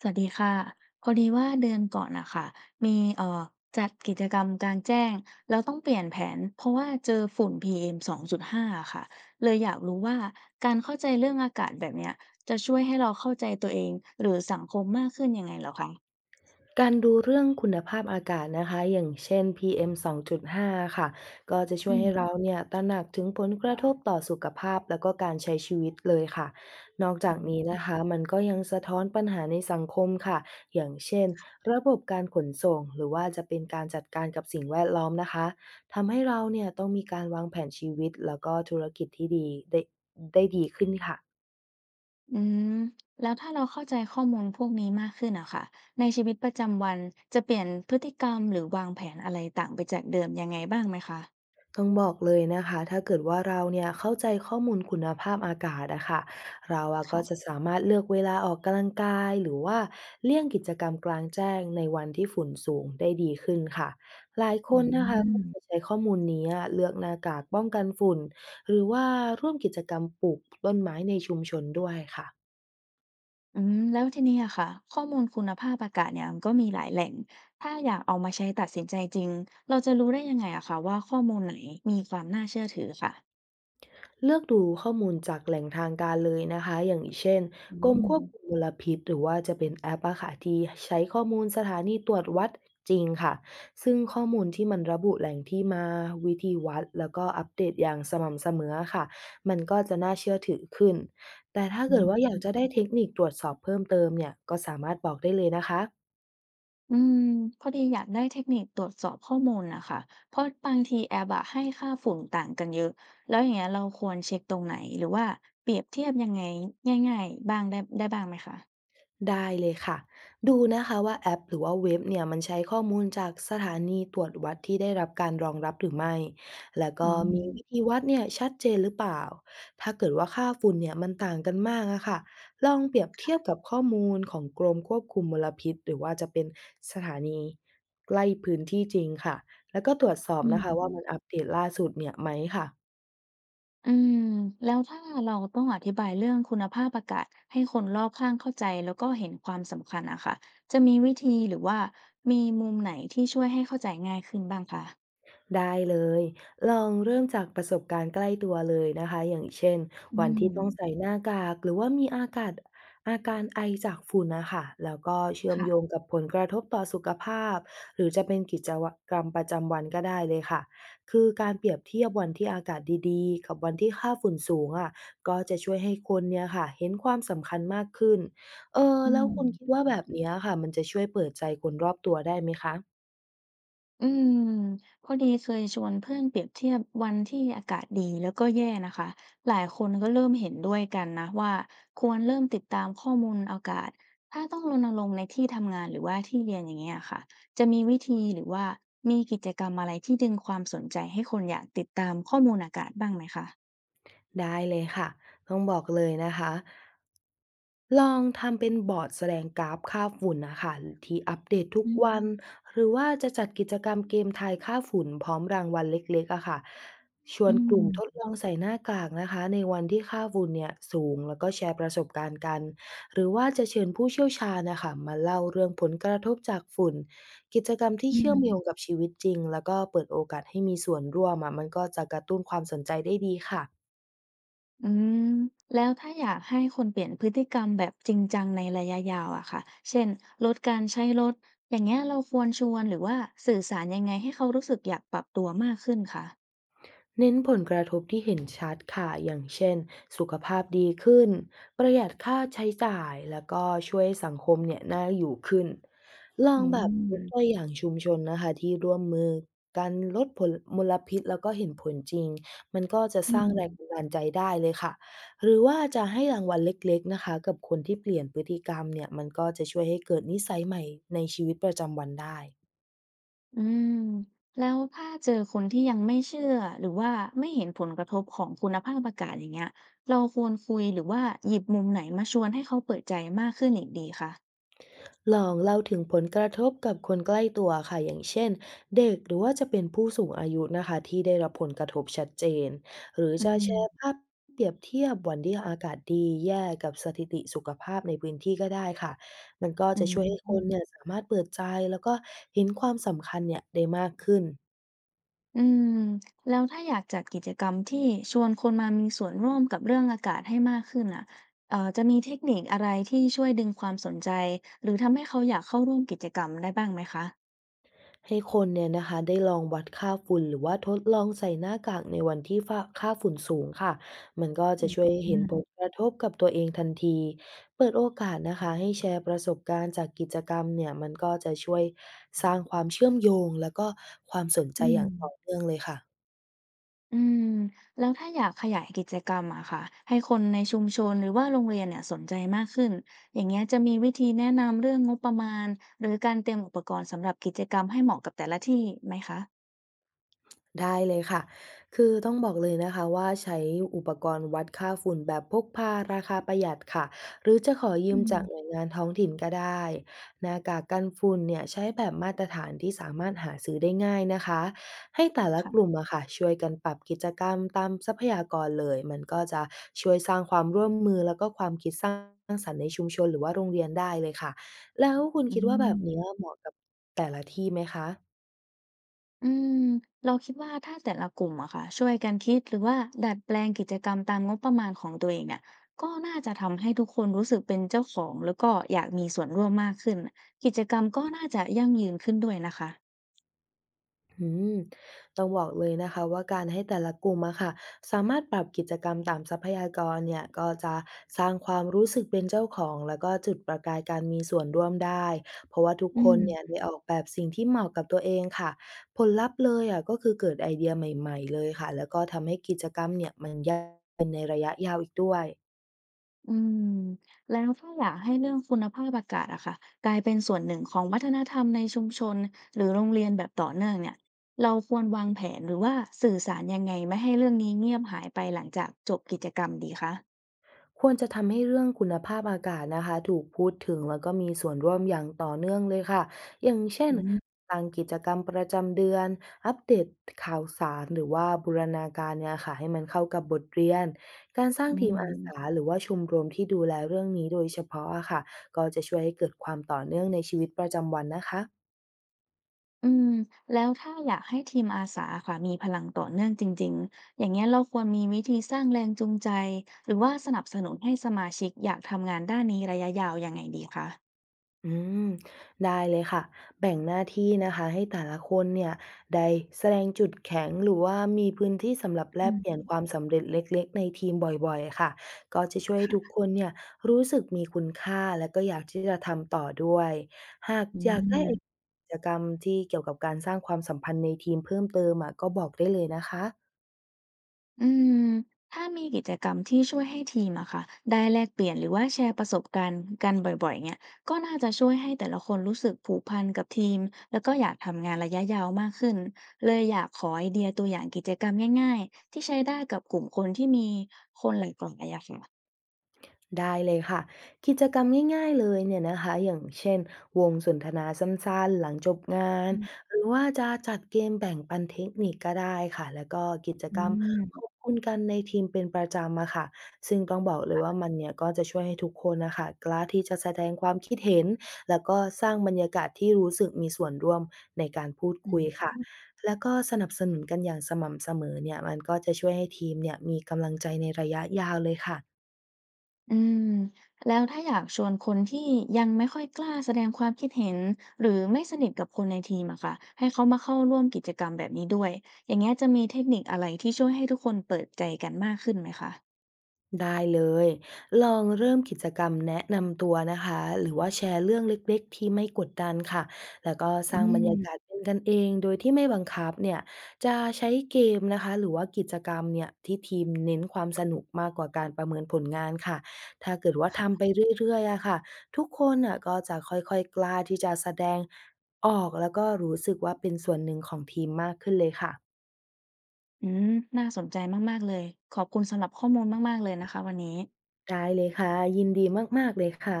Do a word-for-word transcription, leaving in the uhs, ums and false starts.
สวัสดีค่ะพอดีว่าเดือนก่อนน่ะค่ะมีเอ่อจัดกิจกรรมกลางแจ้งแล้วต้องเปลี่ยนแผนเพราะว่าเจอฝุ่น พี เอ็ม สองจุดห้าอมสองจุดห้าค่ะเลยอยากรู้ว่าการเข้าใจเรื่องอากาศแบบเนี้ยจะช่วยให้เราเข้าใจตัวเองหรือสังคมมากขึ้นยังไงเหรอคะการดูเรื่องคุณภาพอากาศนะคะอย่างเช่น พี เอ็ม สองจุดห้าค่ะก็จะช่อืวยให้มเราเนี่ยตระหนักถึงผลกระทบต่อสุขภาพแล้วก็การใช้ชีวิตเลยค่ะนอกจาอืกนี้มนะคะมันก็ยังสะท้อนปัญหาในสังคมค่ะอย่างเช่นระบบการขนส่งหรือว่าจะเป็นการจัดการกับสิ่งแวดล้อมนะคะทำให้เราเนี่ยต้องมีการวางแผนชีวิตแล้วก็ธุรกิจที่ดีได้ได้ดีขึ้นค่ะ อืมแล้วถ้าเราเข้าใจข้อมูลพวกนี้มากขึ้นอะค่ะในชีวิตประจำวันจะเปลี่ยนพฤติกรรมหรือวางแผนอะไรต่างไปจากเดิมยังไงบ้างไหมคะต้องบอกเลยนะคะถ้าเกิดว่าเราเนี่ยเข้าใจข้อมูลคุณภาพอากาศอะค่ะเราอะก็จะค่ะสามารถเลือกเวลาออกกำลังกายหรือว่าเลี่ยงกิจกรรมกลางแจ้งในวันที่ฝุ่นสูงได้ดีขึ้นค่ะหลายคอืนนะคะก็ม จะใช้ข้อมูลนี้อะเลือกหน้ากากป้องกันฝุ่นหรือว่าร่วมกิจกรรมปลูกต้นไม้ในชุมชนด้วยค่ะ อืมแล้วทีนี้อะค่ะข้อมูลคุณภาพอากาศเนี่ยมันก็มีหลายแหล่งถ้าอยากเอามาใช้ตัดสินใจจริงเราจะรู้ได้ยังไงอะค่ะว่าข้อมูลไหนมีความน่าเชื่อถือค่ะเลือกดูข้อมูลจากแหล่งทางการเลยนะคะอย่างเช่นอืกรมมคมวบคุมมลพิษหรือว่าจะเป็นแอปอะค่ะที่ใช้ข้อมูลสถานีตรวจวัดจริงค่ะซึ่งข้อมูลที่มันระบุแหล่งที่มาวิธีวัดแล้วก็อัปเดตอย่างสม่ำเสมอค่ะมันก็จะน่าเชื่อถือขึ้นแต่ถ้าอืเกิดว่ามอยากจะได้เทคนิคตรวจสอบเพิ่มเติมเนี่ยก็สามารถบอกได้เลยนะคะ อืมพอดีอยากได้เทคนิคตรวจสอบข้อมูลนะคะเพราะบางทีแอปอะให้ค่าฝุ่นต่างกันเยอะแล้วอย่างเงี้ยเราควรเช็คตรงไหนหรือว่าเปรียบเทียบยังไงง่ายๆบ้างได้ได้บ้างไหมคะได้เลยค่ะดูนะคะว่าแอปหรือว่าเว็บเนี่ยมันใช้ข้อมูลจากสถานีตรวจวัดที่ได้รับการรองรับหรือไม่แล้วอืก็มีวิมธีวัดเนี่ยชัดเจนหรือเปล่าถ้าเกิดว่าค่าฝุ่นเนี่ยมันต่างกันมากอะค่ะลองเปรียบเทียบกับข้อมูลของกรมควบคุมมลพิษหรือว่าจะเป็นสถานีใกล้พื้นที่จริงค่ะแล้วก็ตรวจสอบอืนะคะว่ามันอัม ปเดตล่าสุดเนี่ยไหมค่ะ อืมแล้วถ้าเราต้องอธิบายเรื่องคุณภาพอากาศให้คนรอบข้างเข้าใจแล้วก็เห็นความสำคัญอะค่ะจะมีวิธีหรือว่ามีมุมไหนที่ช่วยให้เข้าใจง่ายขึ้นบ้างคะได้เลยลองเริ่มจากประสบการณ์ใกล้ตัวเลยนะคะอย่างเช่นอืวันมที่ต้องใส่หน้ากากหรือว่ามีอากาศอาการไอจากฝุ่นนะคะแล้วก็เชื่อมค่ะโยงกับผลกระทบต่อสุขภาพหรือจะเป็นกิจกรรมประจำวันก็ได้เลยค่ะคือการเปรียบเทียบวันที่อากาศดีๆกับวันที่ค่าฝุ่นสูงอ่ะก็จะช่วยให้คนเนี่ยค่ะเห็นความสำคัญมากขึ้นเอออืแล้วม คุณคิดว่าแบบเนี้ยค่ะมันจะช่วยเปิดใจคนรอบตัวได้ไหมคะ อืมพอดีเคยชวนเพื่อนเปรียบเทียบวันที่อากาศดีแล้วก็แย่นะคะหลายคนก็เริ่มเห็นด้วยกันนะว่าควรเริ่มติดตามข้อมูลอากาศถ้าต้องรณรงค์ในที่ทำงานหรือว่าที่เรียนอย่างเงี้ยค่ะจะมีวิธีหรือว่ามีกิจกรรมอะไรที่ดึงความสนใจให้คนอยากติดตามข้อมูลอากาศบ้างไหมคะได้เลยค่ะต้องบอกเลยนะคะลองทำเป็นบอร์ดแสดงกราฟค่าฝุ่นนะคะที่อัปเดตทุกอืวันมหรือว่าจะจัดกิจกรรมเกมทายค่าฝุ่นพร้อมรางวัลเล็กๆอะค่ะชวอืนกลุ่มทดมลองใส่หน้ากากนะคะในวันที่ค่าฝุ่นเนี่ยสูงแล้วก็แชร์ประสบการณ์กันหรือว่าจะเชิญผู้เชี่ยวชาญนะคะมาเล่าเรื่องผลกระทบจากฝุ่นกิจกรรมที่อืเชื่อมโยงม กับชีวิตจริงแล้วก็เปิดโอกาสให้มีส่วนร่วมอะมันก็จะกระตุ้นความสนใจได้ดีค่ะ อืมแล้วถ้าอยากให้คนเปลี่ยนพฤติกรรมแบบจริงจังในระยะยาวอะค่ะเช่นลดการใช้รถอย่างเงี้ยเราควรชวนหรือว่าสื่อสารยังไงให้เขารู้สึกอยากปรับตัวมากขึ้นคะเน้นผลกระทบที่เห็นชัดค่ะอย่างเช่นสุขภาพดีขึ้นประหยัดค่าใช้จ่ายแล้วก็ช่วยสังคมเนี่ยน่าอยู่ขึ้นลออืงแบบยกตัวมอย่างชุมชนนะคะที่ร่วมมือกันลดผลมลพิษแล้วก็เห็นผลจริงมันก็จะอืสร้างมแรงบันดาลใจได้เลยค่ะหรือว่าจะให้รางวัลเล็กๆนะคะกับคนที่เปลี่ยนพฤติกรรมเนี่ยมันก็จะช่วยให้เกิดนิสัยใหม่ในชีวิตประจำวันได้ อืมแล้วถ้าเจอคนที่ยังไม่เชื่อหรือว่าไม่เห็นผลกระทบของคุณภาพอากาศอย่างเงี้ยเราควรคุยหรือว่าหยิบมุมไหนมาชวนให้เขาเปิดใจมากขึ้นอีกดีคะลองเล่าถึงผลกระทบกับคนใกล้ตัวค่ะอย่างเช่นเด็กหรือว่าจะเป็นผู้สูงอายุนะคะที่ได้รับผลกระทบชัดเจนหรืออืจะแชร์มภาพเปรียบเทียบวันที่อากาศดีแย่กับสถิติสุขภาพในพื้นที่ก็ได้ค่ะมันก็อืจะช่วยให้คนเนี่ยม สามารถเปิดใจแล้วก็เห็นความสำคัญเนี่ยได้มากขึ้น อืมแล้วถ้าอยากจัดกิจกรรมที่ชวนคนมามีส่วนร่วมกับเรื่องอากาศให้มากขึ้นอ่ะเอ่อจะมีเทคนิคอะไรที่ช่วยดึงความสนใจหรือทำให้เขาอยากเข้าร่วมกิจกรรมได้บ้างไหมคะให้คนเนี่ยนะคะได้ลองวัดค่าฝุ่นหรือว่าทดลองใส่หน้ากากในวันที่ฝ้าค่าฝุ่นสูงค่ะมันก็อืจะมช่วยให้เห็นผลอกระทบกับตัวเองทันทีเปิดโอกาสนะคะให้แชร์ประสบการณ์จากกิจกรรมเนี่ยมันก็จะช่วยสร้างความเชื่อมโยงแล้วก็ความสนใจือย่างมต่อเนื่องเลยค่ะ อืมแล้วถ้าอยากขยายกิจกรรมอะค่ะให้คนในชุมชนหรือว่าโรงเรียนเนี่ยสนใจมากขึ้นอย่างเงี้ยจะมีวิธีแนะนำเรื่องงบประมาณหรือการเตรียมอุปกรณ์สำหรับกิจกรรมให้เหมาะกับแต่ละที่ไหมคะได้เลยค่ะ คือต้องบอกเลยนะคะว่าใช้อุปกรณ์วัดค่าฝุ่นแบบพกพาราคาประหยัดค่ะหรือจะขอยือืมมจากหน่วยงานท้องถิ่นก็ได้ หน้ากากกันฝุ่นเนี่ยใช้แบบมาตรฐานที่สามารถหาซื้อได้ง่ายนะคะให้แต่ละกค่ะลุ่มอะค่ะช่วยกันปรับกิจกรรมตามทรัพยากรเลยมันก็จะช่วยสร้างความร่วมมือแล้วก็ความคิดสร้างสรรค์ในชุมชนหรือว่าโรงเรียนได้เลยค่ะแล้วคุณอืคิดว่าแบม บเนี้ยเหมาะกับแต่ละที่ไหมคะ อืมเราคิดว่าถ้าแต่ละกลุ่มอะค่ะช่วยกันคิดหรือว่าดัดแปลงกิจกรรมตามงบประมาณของตัวเองเนี่ยก็น่าจะทำให้ทุกคนรู้สึกเป็นเจ้าของแล้วก็อยากมีส่วนร่วมมากขึ้นกิจกรรมก็น่าจะยั่งยืนขึ้นด้วยนะคะอืมต้องบอกเลยนะคะว่าการให้แต่ละกลุ่มอะค่ะสามารถปรับกิจกรรมตามทรัพยากรเนี่ยก็จะสร้างความรู้สึกเป็นเจ้าของแล้วก็จุดประกายการมีส่วนร่วมได้เพราะว่าทุกอืคนเนี่ยมได้ออกแบบสิ่งที่เหมาะกับตัวเองค่ะผลลัพธ์เลยอะก็คือเกิดไอเดียใหม่ๆเลยค่ะแล้วก็ทำให้กิจกรรมเนี่ยมันยั่งยืนในระยะยาวอีกด้วย อืมแล้วถ้าอยากให้เรื่องคุณภาพอากาศอะค่ะกลายเป็นส่วนหนึ่งของวัฒนธรรมในชุมชนหรือโรงเรียนแบบต่อเนื่องเนี่ยเราควรวางแผนหรือว่าสื่อสารยังไงไม่ให้เรื่องนี้เงียบหายไปหลังจากจบกิจกรรมดีคะควรจะทำให้เรื่องคุณภาพอากาศนะคะถูกพูดถึงแล้วก็มีส่วนร่วมอย่างต่อเนื่องเลยค่ะอย่างเช่อืนมตั้งกิจกรรมประจำเดือนอัปเดตข่าวสารหรือว่าบูรณาการเนี่ยค่ะให้มันเข้ากับบทเรียนการสร้างอืทีมอาสาม หรือว่าชมรมที่ดูแลเรื่องนี้โดยเฉพาะอะค่ะก็จะช่วยให้เกิดความต่อเนื่องในชีวิตประจำวันนะคะ อืมแล้วถ้าอยากให้ทีมอาสาค่ะมีพลังต่อเนื่องจริงๆอย่างเงี้ยเราควรมีวิธีสร้างแรงจูงใจหรือว่าสนับสนุนให้สมาชิกอยากทำงานด้านนี้ระยะยาวยังไงดีคะอืมได้เลยค่ะแบ่งหน้าที่นะคะให้แต่ละคนเนี่ยได้แสดงจุดแข็งหรือว่ามีพื้นที่สำหรับแลอืกเปลี่ยนมความสำเร็จเล็กๆในทีมบ่อยๆค่ะก็จะช่วยให้ทุกค่ะคนเนี่ยรู้สึกมีคุณค่าและก็อยากที่จะทำต่อด้วยหากอือยากได้ไอเดีม ยกิจกรรมที่เกี่ยวกับการสร้างความสัมพันธ์ในทีมเพิ่มเติมอะก็บอกได้เลยนะคะ อืม ถ้ามีกิจกรรมที่ช่วยให้ทีมอะค่ะได้แลกเปลี่ยนหรือว่าแชร์ประสบการณ์กันบ่อยๆเนี่ยก็น่าจะช่วยให้แต่ละคนรู้สึกผูกพันกับทีม แล้วก็อยากทำงานระยะยาวมากขึ้น เลยอยากขอไอเดียตัวอย่างกิจกรรมง่ายๆ ที่ใช้ได้กับกลุ่มคนที่มีคนหลากหลายอะค่ะได้เลยค่ะกิจกรรมง่ายๆเลยเนี่ยนะคะอย่างเช่นวงสนทนาสั้นๆหลังจบงานอืมหรือว่าจะจัดเกมแบ่งปันเทคนิคก็ได้ค่ะแล้วก็กิจกรรมขอบคุณกันในทีมเป็นประจำอะค่ะซึ่งต้องบอกเลยว่ามันเนี่ยก็จะช่วยให้ทุกคนนะคะกล้าที่จะแสดงความคิดเห็นแล้วก็สร้างบรรยากาศที่รู้สึกมีส่วนร่วมในการพูดอืคุยม ค่ะแล้วก็สนับสนุนกันอย่างสม่ำเสมอเนี่ยมันก็จะช่วยให้ทีมเนี่ยมีกำลังใจในระยะยาวเลยค่ะ อืมแล้วถ้าอยากชวนคนที่ยังไม่ค่อยกล้าแสดงความคิดเห็นหรือไม่สนิทกับคนในทีมอะค่ะให้เขามาเข้าร่วมกิจกรรมแบบนี้ด้วยอย่างเงี้ยจะมีเทคนิคอะไรที่ช่วยให้ทุกคนเปิดใจกันมากขึ้นไหมคะได้เลยลองเริ่มกิจกรรมแนะนำตัวนะคะหรือว่าแชร์เรื่องเล็กๆที่ไม่กดดันค่ะแล้วก็สอืร้างบรรยากาศมเป็นกันเองโดยที่ไม่บังคับเนี่ยจะใช้เกมนะคะหรือว่ากิจกรรมเนี่ยที่ทีมเน้นความสนุกมากกว่าการประเมินผลงานค่ะถ้าเกิดว่าค่ะทำไปเรื่อยๆอะค่ะทุกคนน่ะก็จะค่อยๆกล้าที่จะแสดงออกแล้วก็รู้สึกว่าเป็นส่วนหนึ่งของทีมมากขึ้นเลยค่ะอืมน่าสนใจมากๆเลยขอบคุณสำหรับข้อมูลมากๆเลยนะคะวันนี้ได้เลยค่ะยินดีมากๆเลยค่ะ